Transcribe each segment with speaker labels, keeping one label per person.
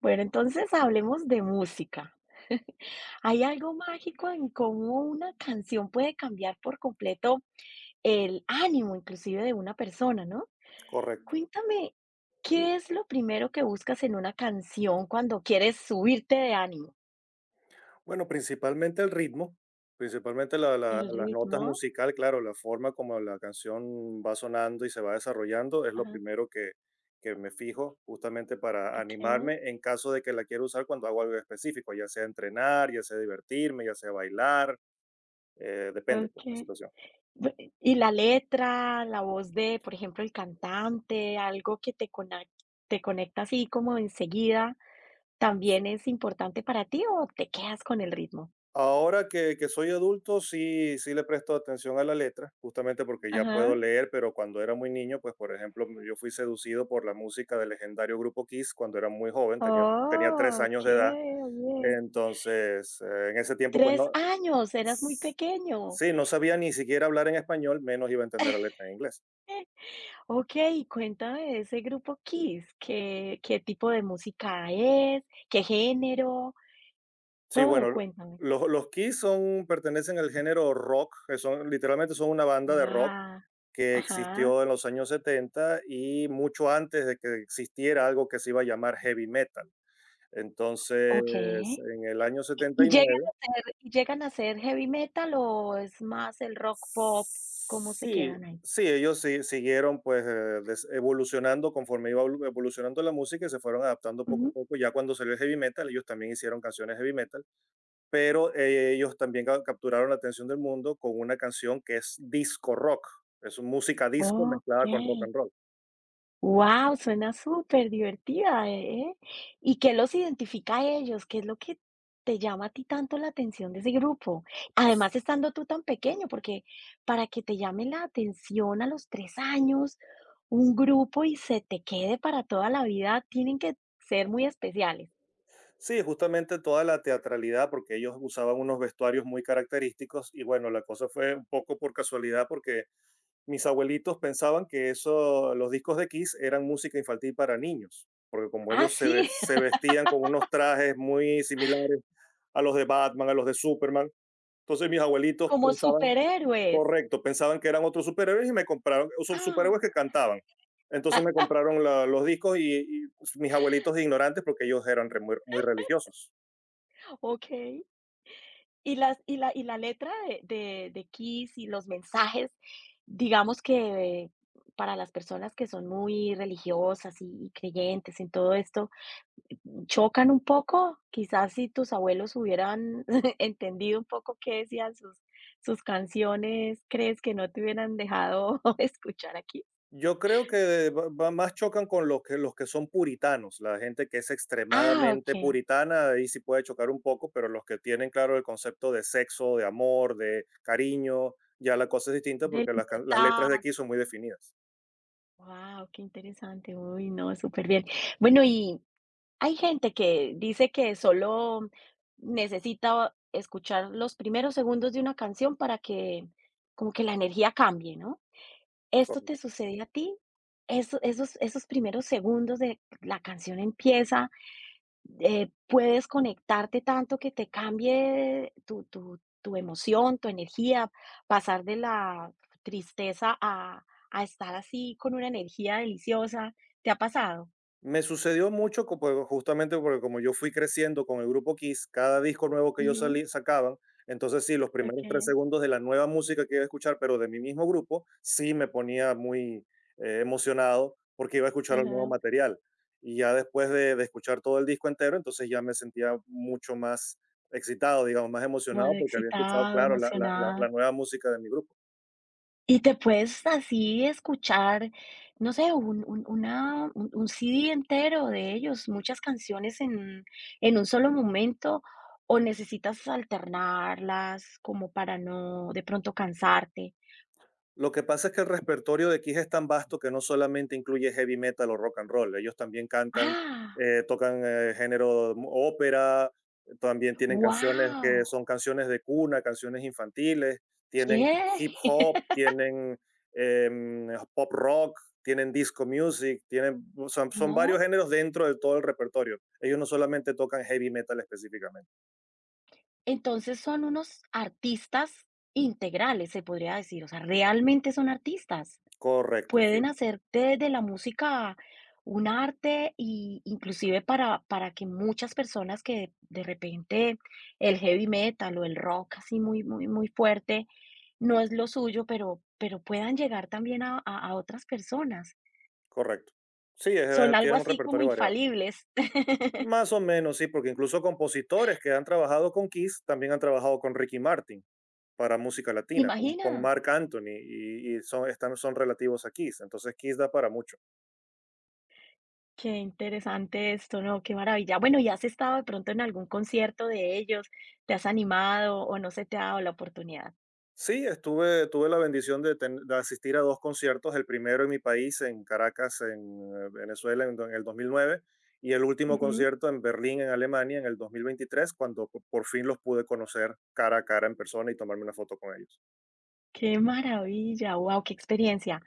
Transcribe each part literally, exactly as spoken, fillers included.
Speaker 1: Bueno, entonces hablemos de música. ¿Hay algo mágico en cómo una canción puede cambiar por completo el ánimo, inclusive de una persona, no?
Speaker 2: Correcto.
Speaker 1: Cuéntame, ¿qué es lo primero que buscas en una canción cuando quieres subirte de ánimo?
Speaker 2: Bueno, principalmente el ritmo, principalmente la- la-
Speaker 1: ¿El
Speaker 2: las notas
Speaker 1: ritmo?
Speaker 2: musical, claro, la forma como la canción va sonando y se va desarrollando es lo
Speaker 1: Ajá,
Speaker 2: primero que, que me fijo justamente para
Speaker 1: okey,
Speaker 2: animarme en caso de que la quiera usar cuando hago algo específico, ya sea entrenar, ya sea divertirme, ya sea bailar, eh, depende, pues, la
Speaker 1: okey.
Speaker 2: situación.
Speaker 1: Ve- Y la letra, la voz de, por ejemplo, el cantante, algo que te conac te conecta así como enseguida, ¿también es importante para ti o te quedas con el ritmo?
Speaker 2: Ahora que, que soy adulto, sí, sí le presto atención a la letra, justamente porque ya puedo
Speaker 1: Ajá.
Speaker 2: leer, pero cuando era muy niño, pues por ejemplo, m- yo fui seducido por la música del legendario grupo Kiss cuando era muy joven, tenía, tenía tres
Speaker 1: Oh,
Speaker 2: años de
Speaker 1: qué
Speaker 2: edad.
Speaker 1: bien.
Speaker 2: Entonces, eh, en ese tiempo, pues
Speaker 1: Tres
Speaker 2: no,
Speaker 1: años, eras muy
Speaker 2: s-
Speaker 1: pequeño.
Speaker 2: sí, no sabía ni siquiera hablar en español, menos iba a entender la letra en inglés.
Speaker 1: Okey, cuéntame de ese grupo KISS, ¿qué qué tipo de música es? ¿Qué género?
Speaker 2: Sí,
Speaker 1: Todo,
Speaker 2: bueno,
Speaker 1: cuéntame.
Speaker 2: los, los Kiss son, pertenecen al género rock, que son, literalmente son una banda de rock
Speaker 1: Guau.
Speaker 2: que
Speaker 1: Ajá,
Speaker 2: existió en los años setenta y mucho antes de que existiera algo que se iba a llamar heavy metal. Entonces,
Speaker 1: okey.
Speaker 2: en el año
Speaker 1: ¿Y y llegan
Speaker 2: setenta y nueve,
Speaker 1: a ser y llegan a ser heavy metal o es más el rock pop? ¿Cómo se
Speaker 2: sí,
Speaker 1: quedan ahí?
Speaker 2: sí, ellos sí, siguieron pues eh, des- evolucionando conforme iba evolu- evolucionando la música y se fueron adaptando poco a
Speaker 1: Ujú.
Speaker 2: poco. Ya cuando salió el heavy metal, ellos también hicieron canciones heavy metal, pero eh, ellos también ca- capturaron la atención del mundo con una canción que es disco rock. Es música disco mezclada con rock
Speaker 1: Okey.
Speaker 2: and roll.
Speaker 1: Guau, suena superdivertida, ¿eh? ¿Y qué los identifica a ellos? ¿Qué es lo que te llama a ti tanto la atención de ese grupo? Además, estando tú tan pequeño, porque para que te llame la atención a los tres años, un grupo y se te quede para toda la vida, tienen que ser muy especiales.
Speaker 2: Sí, justamente toda la teatralidad, porque ellos usaban unos vestuarios muy característicos y bueno, la cosa fue un poco por casualidad porque mis abuelitos pensaban que eso, los discos de Kiss eran música infantil para niños, porque como
Speaker 1: Ah,
Speaker 2: ellos se, ve-
Speaker 1: sí,
Speaker 2: se vestían con unos trajes muy similares a los de Batman, a los de Superman, entonces mis abuelitos
Speaker 1: como
Speaker 2: pensaban.
Speaker 1: superhéroes.
Speaker 2: Correcto, pensaban que eran otros superhéroes y me compraron, o son
Speaker 1: Ah,
Speaker 2: superhéroes que cantaban. Entonces me compraron la- los discos y, y pues, mis abuelitos de ignorantes porque ellos eran re- muy, muy religiosos.
Speaker 1: okey. Y las y la y la letra de de de Kiss y los mensajes, digamos que para las personas que son muy religiosas y y creyentes en todo esto, ¿chocan un poco? Quizás si tus abuelos hubieran entendido un poco qué decían sus sus canciones, ¿crees que no te hubieran dejado escuchar aquí.
Speaker 2: Yo creo que va- va- más chocan con los que, los que son puritanos, la gente que es
Speaker 1: Ah,
Speaker 2: extremadamente
Speaker 1: okey.
Speaker 2: puritana, ahí sí puede chocar un poco, pero los que tienen claro el concepto de sexo, de amor, de cariño, ya la cosa es distinta
Speaker 1: De
Speaker 2: porque las, can- las letras
Speaker 1: libertad.
Speaker 2: de aquí son muy definidas.
Speaker 1: Wow, qué interesante. Uy, no, súper bien. Bueno, y hay gente que dice que solo necesita escuchar los primeros segundos de una canción para que como que la energía cambie, ¿no? ¿Esto te sucede a ti? Eso esos esos primeros segundos de la canción empieza, eh, ¿puedes conectarte tanto que te cambie tu tu tu emoción, tu energía, pasar de la tristeza a a estar así con una energía deliciosa? ¿Te ha pasado?
Speaker 2: Me sucedió mucho co- pues, justamente porque como yo fui creciendo con el grupo Kiss, cada disco nuevo que yo
Speaker 1: Ujú,
Speaker 2: salí, sacaban, entonces sí, los primeros tres
Speaker 1: okey,
Speaker 2: segundos de la nueva música que iba a escuchar, pero de mi mismo grupo, sí me ponía muy eh, emocionado porque iba a escuchar el nuevo
Speaker 1: ajá.
Speaker 2: material. Y ya después de, de escuchar todo el disco entero, entonces ya me sentía mucho más excitado, digamos, más
Speaker 1: Más
Speaker 2: emocionado porque había escuchado,
Speaker 1: excitado,
Speaker 2: claro, la la- la- la
Speaker 1: emocionada.
Speaker 2: nueva música de mi grupo.
Speaker 1: Y te puedes así escuchar, no sé, un un una un un C D entero de ellos, muchas canciones en en un solo momento, o necesitas alternarlas como para no de pronto cansarte.
Speaker 2: Lo que pasa es que el repertorio de Kiss es tan vasto que no solamente incluye heavy metal o rock and roll, ellos también cantan,
Speaker 1: ¡Ah!
Speaker 2: eh, tocan, eh, género mu ópera, también tienen canciones que
Speaker 1: Wow.
Speaker 2: son canciones de cuna, canciones infantiles, tienen
Speaker 1: ¿Qué?
Speaker 2: hip hop, tienen, em, pop rock, tienen disco music, tienen, o sea, son
Speaker 1: No,
Speaker 2: varios géneros dentro de todo el repertorio. Ellos no solamente tocan heavy metal específicamente.
Speaker 1: entonces son unos artistas integrales, se podría decir, o sea, realmente son artistas.
Speaker 2: Correcto,
Speaker 1: Pueden
Speaker 2: sí,
Speaker 1: hacer de de la música un arte, y inclusive para para que muchas personas que de repente el heavy metal o el rock así muy muy muy fuerte no es lo suyo, pero pero puedan llegar también a a a otras personas.
Speaker 2: correcto. Sí,
Speaker 1: Son
Speaker 2: eh,
Speaker 1: algo
Speaker 2: tienen un
Speaker 1: así como
Speaker 2: repertorio variado.
Speaker 1: infalibles.
Speaker 2: Más o menos, sí, porque incluso compositores que han trabajado con Kiss también han trabajado con Ricky Martin para música latina, con, con
Speaker 1: Imagina,
Speaker 2: Marc Anthony, y, y son, están, son relativos a Kiss. Entonces Kiss da para mucho.
Speaker 1: qué interesante esto, ¿no? Qué maravilla. Bueno, ¿y has estado de pronto en algún concierto de ellos? ¿Te has animado o no se te ha dado la oportunidad?
Speaker 2: Sí, estuve, tuve la bendición de, ten- de asistir a dos conciertos, el primero en mi país, en Caracas, en eh, Venezuela, en, do- en el dos mil nueve y el último concierto en Berlín, en Alemania, en el dos mil veintitrés cuando po- por fin los pude conocer cara a cara en persona y tomarme una foto con ellos.
Speaker 1: Qué maravilla, wow, qué experiencia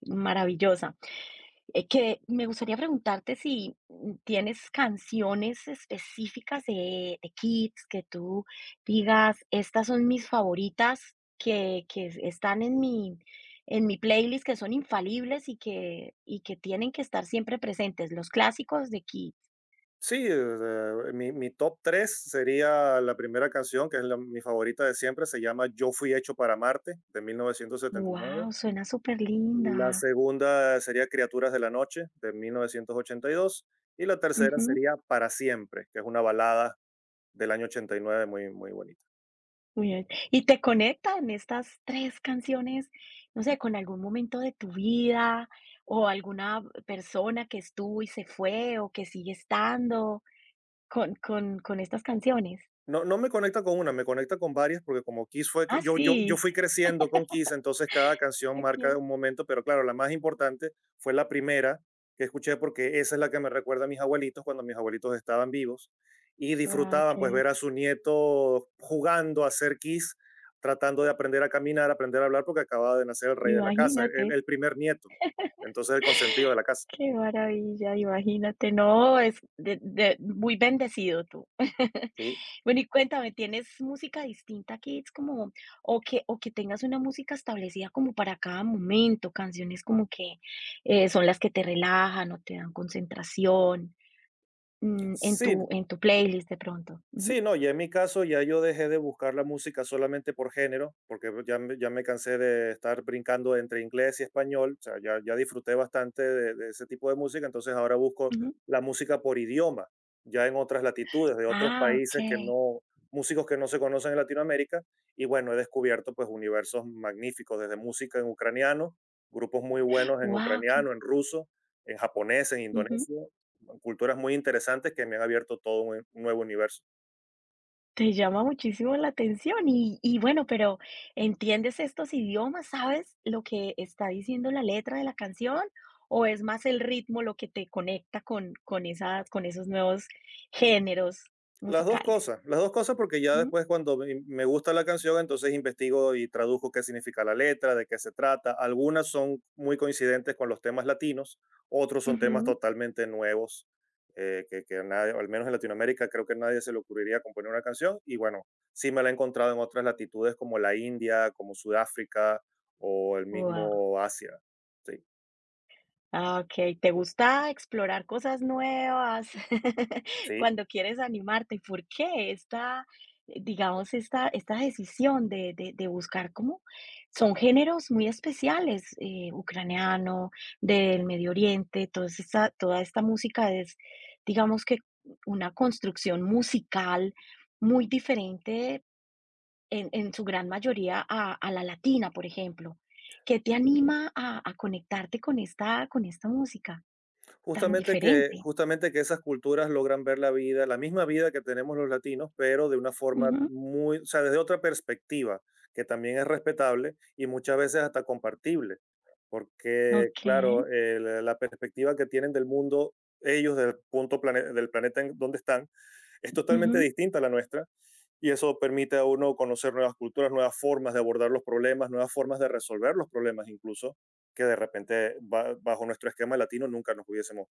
Speaker 1: maravillosa. Eh, que me gustaría preguntarte si mm, tienes canciones específicas de, de Kids que tú digas, estas son mis favoritas que, que es- están en mi, en mi playlist, que son infalibles y que, y que tienen que estar siempre presentes, los clásicos de Kids.
Speaker 2: Sí, o sea, mi, mi top tres sería la primera canción, que es la- mi favorita de siempre, se llama Yo fui hecho para Marte, de mil novecientos setenta y nueve.
Speaker 1: Wow, suena súper
Speaker 2: La
Speaker 1: linda.
Speaker 2: segunda sería Criaturas de la Noche, de mil novecientos ochenta Y dos y la tercera sería Para Siempre, que es una balada del año ochenta y nueve muy, muy bonita.
Speaker 1: Muy bien. ¿Y te conectan estas tres canciones, no sé, con algún momento de tu vida o alguna persona que estuvo y se fue o que sigue estando con con con estas canciones?
Speaker 2: No, no me conecta con una, me conecta con varias, porque como Kiss fue, que-
Speaker 1: Ah,
Speaker 2: yo,
Speaker 1: sí.
Speaker 2: yo, yo fui creciendo con Kiss, entonces cada canción marca
Speaker 1: Okey.
Speaker 2: un momento, pero claro, la más importante fue la primera que escuché, porque esa es la que me recuerda a mis abuelitos cuando mis abuelitos estaban vivos y
Speaker 1: Guau,
Speaker 2: disfrutaban
Speaker 1: qué
Speaker 2: pues ver a su nieto jugando a hacer Kiss, tratando de aprender a caminar, aprender a hablar, porque acababa de nacer el rey de la casa, el,
Speaker 1: imagínate,
Speaker 2: el primer nieto, entonces el consentido de la casa.
Speaker 1: qué maravilla, imagínate. No, es de de muy bendecido tú.
Speaker 2: Sí,
Speaker 1: Bueno, y cuéntame, ¿tienes música distinta que es como, o que, o que tengas una música establecida como para cada momento, canciones como que eh, son las que te relajan o te dan concentración mm, en tu,
Speaker 2: sí.
Speaker 1: en tu playlist de pronto? Ujú,
Speaker 2: Sí, no, ya en mi caso ya yo dejé de buscar la música solamente por género, porque ya me, ya me cansé de estar brincando entre inglés y español, o sea, ya, ya disfruté bastante de, de ese tipo de música, entonces ahora busco
Speaker 1: ujú.
Speaker 2: la música por idioma, ya en otras latitudes, de otros
Speaker 1: Ah, ok.
Speaker 2: países que no, músicos que no se conocen en Latinoamérica, y bueno, he descubierto pues universos magníficos, desde música en ucraniano, grupos muy buenos en
Speaker 1: Wow.
Speaker 2: ucraniano, en ruso, en japonés, en indonesio, culturas muy interesantes que me han abierto todo un un nuevo universo.
Speaker 1: Te llama muchísimo la atención y y bueno, pero, ¿entiendes estos idiomas? ¿Sabes lo que está diciendo la letra de la canción? ¿O es más el ritmo lo que te conecta con con esas con esos nuevos géneros
Speaker 2: Las dos
Speaker 1: musicales?
Speaker 2: cosas, las dos cosas porque ya
Speaker 1: Mm,
Speaker 2: después cuando me me gusta la canción, entonces investigo y traduzco qué significa la letra, de qué se trata. Algunas son muy coincidentes con los temas latinos, otros son temas totalmente nuevos, eh, que, que nadie, al menos en Latinoamérica, creo que nadie se le ocurriría componer una canción. Y bueno, sí me la he encontrado en otras latitudes como la India, como Sudáfrica o el mismo Asia. Sí,
Speaker 1: ah, okey. ¿Te gusta explorar cosas nuevas
Speaker 2: sí,
Speaker 1: cuando quieres animarte? ¿Y por qué esta, digamos, esta esta decisión de de de buscar cómo son géneros muy especiales, eh, ucraniano, del Medio Oriente, toda esta toda esta música es, digamos que una construcción musical muy diferente en en su gran mayoría a a la latina, por ejemplo. ¿Qué te anima a a conectarte con esta con esta música tan
Speaker 2: justamente que,
Speaker 1: diferente?
Speaker 2: justamente que esas culturas logran ver la vida, la misma vida que tenemos los latinos, pero de una forma
Speaker 1: Ujú.
Speaker 2: muy, o sea, desde otra perspectiva, que también es respetable y muchas veces hasta compartible, porque claro,
Speaker 1: Okey.
Speaker 2: eh, la la perspectiva que tienen del mundo ellos del punto plane- del planeta en donde están es totalmente
Speaker 1: Ujú.
Speaker 2: distinta a la nuestra y eso permite a uno conocer nuevas culturas, nuevas formas de abordar los problemas, nuevas formas de resolver los problemas incluso que de repente ba- bajo nuestro esquema latino nunca nos hubiésemos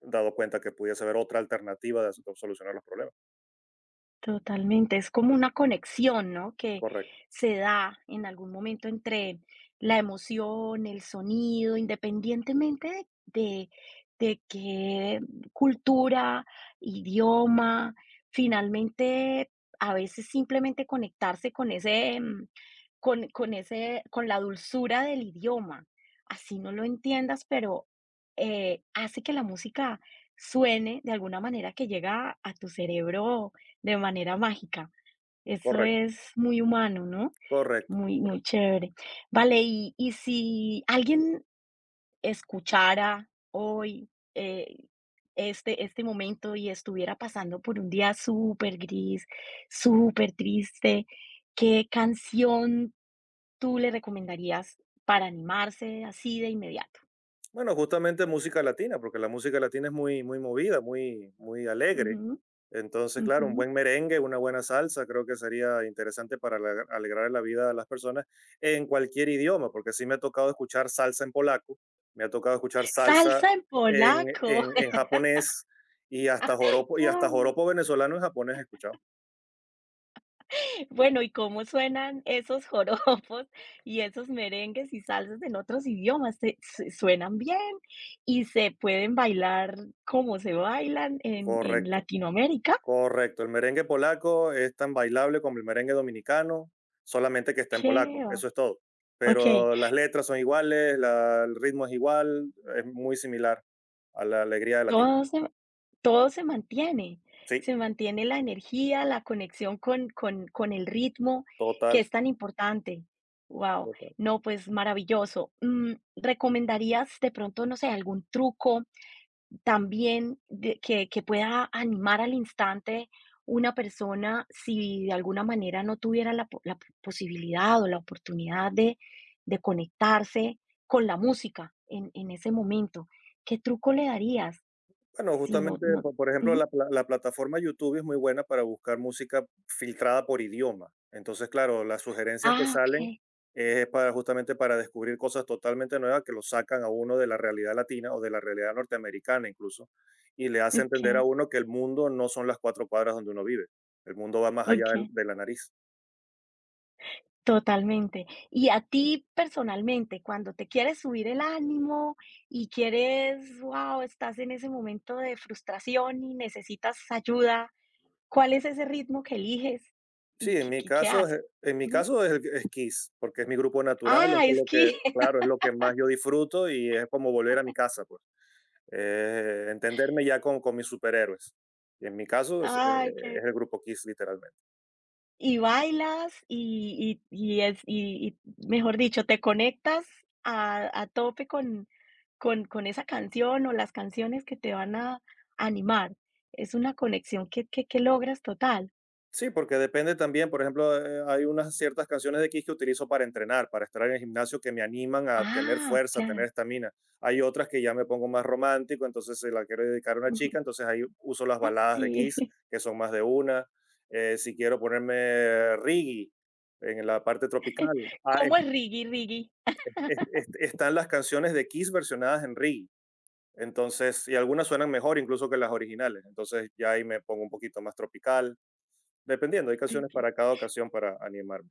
Speaker 2: dado cuenta que pudiese haber otra alternativa de solucionar los problemas.
Speaker 1: Totalmente, es como una conexión, ¿no? Que
Speaker 2: Correcto,
Speaker 1: se da en algún momento entre la emoción, el sonido, independientemente de, de de qué cultura, idioma, finalmente a veces simplemente conectarse con ese, mm, con, con ese, con la dulzura del idioma, así no lo entiendas, pero eh, hace que la música suene de alguna manera que llega a tu cerebro de manera mágica. Eso
Speaker 2: correcto.
Speaker 1: es muy humano, ¿no?
Speaker 2: Correcto,
Speaker 1: Muy, muy
Speaker 2: correcto.
Speaker 1: chévere. Vale, y, y si alguien escuchara hoy eh, este, este momento y estuviera pasando por un día súper gris, súper triste, ¿qué canción tú le recomendarías para animarse así de inmediato?
Speaker 2: Bueno, justamente música latina, porque la música latina es muy, muy movida, muy, muy alegre.
Speaker 1: Ujú,
Speaker 2: Entonces, claro,
Speaker 1: ujú.
Speaker 2: un buen merengue, una buena salsa, creo que sería interesante para alegrar alegrar la vida a las personas en cualquier idioma, porque sí me ha tocado escuchar salsa en polaco, me ha tocado escuchar salsa
Speaker 1: Salsa en
Speaker 2: en,
Speaker 1: polaco.
Speaker 2: en, en japonés y hasta joropo, y hasta joropo venezolano en japonés he escuchado.
Speaker 1: Bueno, ¿y cómo suenan esos joropos y esos merengues y salsas en otros idiomas? ¿Se se suenan bien y se pueden bailar como se bailan en en
Speaker 2: Correcto.
Speaker 1: Latinoamérica?
Speaker 2: Correcto, el merengue polaco es tan bailable como el merengue dominicano, solamente que está en polaco,
Speaker 1: ¿Qué va?
Speaker 2: eso es todo.
Speaker 1: Okey,
Speaker 2: Pero las letras son iguales, la- el ritmo es igual, es muy similar a la alegría latina.
Speaker 1: todo se todo se mantiene,
Speaker 2: Sí,
Speaker 1: se mantiene la energía, la conexión con con con el ritmo, que
Speaker 2: total,
Speaker 1: es tan importante. Wow.
Speaker 2: total.
Speaker 1: No, pues maravilloso. Mm, ¿recomendarías de pronto, no sé, algún truco también de que que pueda animar al instante una persona si de alguna manera no tuviera la po la p- posibilidad o la oportunidad de de conectarse con la música en en ese momento. ¿Qué truco le darías?
Speaker 2: Bueno,
Speaker 1: Si no
Speaker 2: justamente,
Speaker 1: no
Speaker 2: po- por ejemplo, la,
Speaker 1: ujú.
Speaker 2: pla- la plataforma YouTube es muy buena para buscar música filtrada por idioma. Entonces, claro, las sugerencias que
Speaker 1: Ah,
Speaker 2: salen
Speaker 1: okey,
Speaker 2: es para, justamente para descubrir cosas totalmente nuevas que lo sacan a uno de la realidad latina o de la realidad norteamericana incluso, y le hace entender a
Speaker 1: okey,
Speaker 2: uno que el mundo no son las cuatro cuadras donde uno vive. El mundo va más allá del-
Speaker 1: okey,
Speaker 2: de la nariz.
Speaker 1: totalmente. Y a ti personalmente, cuando te quieres subir el ánimo y quieres, wow estás en ese momento de frustración y necesitas ayuda, ¿cuál es ese ritmo que eliges y
Speaker 2: Sí, en
Speaker 1: qué
Speaker 2: mi
Speaker 1: qué qué
Speaker 2: caso
Speaker 1: haces?
Speaker 2: es en mi
Speaker 1: Ujú.
Speaker 2: caso es es Kiss, porque es mi grupo natural, es
Speaker 1: Ah,
Speaker 2: con lo que
Speaker 1: esquí.
Speaker 2: claro, es lo que más yo disfruto y es como volver a mi casa, pues. Eh, entenderme ya con con mis superhéroes. Y en mi caso es, eh,
Speaker 1: Ay, qué
Speaker 2: es el grupo Kiss, literalmente.
Speaker 1: y bailas y y y es y y mejor dicho, te conectas a a tope con con con esa canción o las canciones que te van a animar. Es una conexión que que que logras total.
Speaker 2: Sí, porque depende también, por ejemplo, eh, hay unas ciertas canciones de Kiss que utilizo para entrenar, para estar en el gimnasio, que me animan a tener
Speaker 1: Ah,
Speaker 2: fuerza, a
Speaker 1: claro.
Speaker 2: tener estamina. Hay otras que ya me pongo más romántico, entonces se la quiero dedicar a una
Speaker 1: Ujú.
Speaker 2: chica, entonces ahí uso las
Speaker 1: Ah,
Speaker 2: baladas de
Speaker 1: sí.
Speaker 2: Kiss, que son más de una. Eh, si quiero ponerme reggae en la parte tropical, ah,
Speaker 1: ¿Cómo es
Speaker 2: es-
Speaker 1: Riggy Riggy?
Speaker 2: es- es- están las canciones de Kiss versionadas en reggae. Entonces, y algunas suenan mejor incluso que las originales. Entonces ya ahí me pongo un poquito más tropical. Dependiendo, hay canciones para cada ocasión para animarme.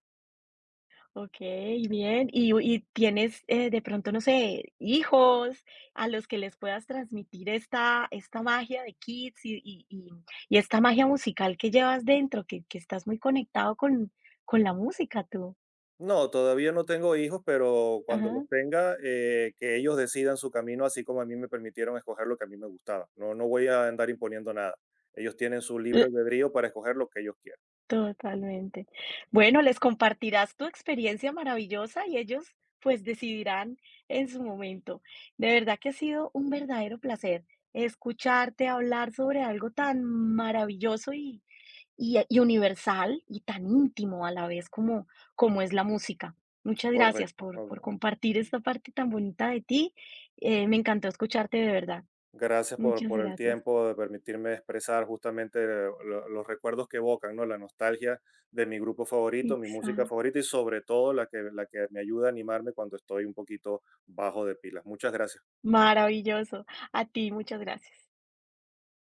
Speaker 1: Okey, bien. ¿Y y tienes, eh, de pronto, no sé, hijos a los que les puedas transmitir esta esta magia de Kids y y y y esta magia musical que llevas dentro, que que estás muy conectado con con la música tú?
Speaker 2: No, todavía no tengo hijos, pero cuando los
Speaker 1: Ajá,
Speaker 2: tenga, eh, que ellos decidan su camino, así como a mí me permitieron escoger lo que a mí me gustaba. No, no voy a andar imponiendo nada. Ellos tienen su libre
Speaker 1: l
Speaker 2: albedrío para escoger lo que ellos quieran.
Speaker 1: totalmente. Bueno, les compartirás tu experiencia maravillosa y ellos, pues, decidirán en su momento. De verdad que ha sido un verdadero placer escucharte hablar sobre algo tan maravilloso y y, eh, y universal y tan íntimo a la vez como, como es la música. Muchas gracias
Speaker 2: Correcto.
Speaker 1: por, por
Speaker 2: Ok.
Speaker 1: compartir esta parte tan bonita de ti. Eh, me encantó escucharte de verdad.
Speaker 2: Gracias por,
Speaker 1: Muchas
Speaker 2: por el
Speaker 1: gracias.
Speaker 2: tiempo de permitirme expresar justamente eh, lo- los recuerdos que evocan, ¿no? La nostalgia de mi grupo favorito, mi música
Speaker 1: Exacto.
Speaker 2: favorita y sobre todo la que, la que me ayuda a animarme cuando estoy un poquito bajo de pilas. Muchas gracias.
Speaker 1: Maravilloso. A ti, muchas gracias.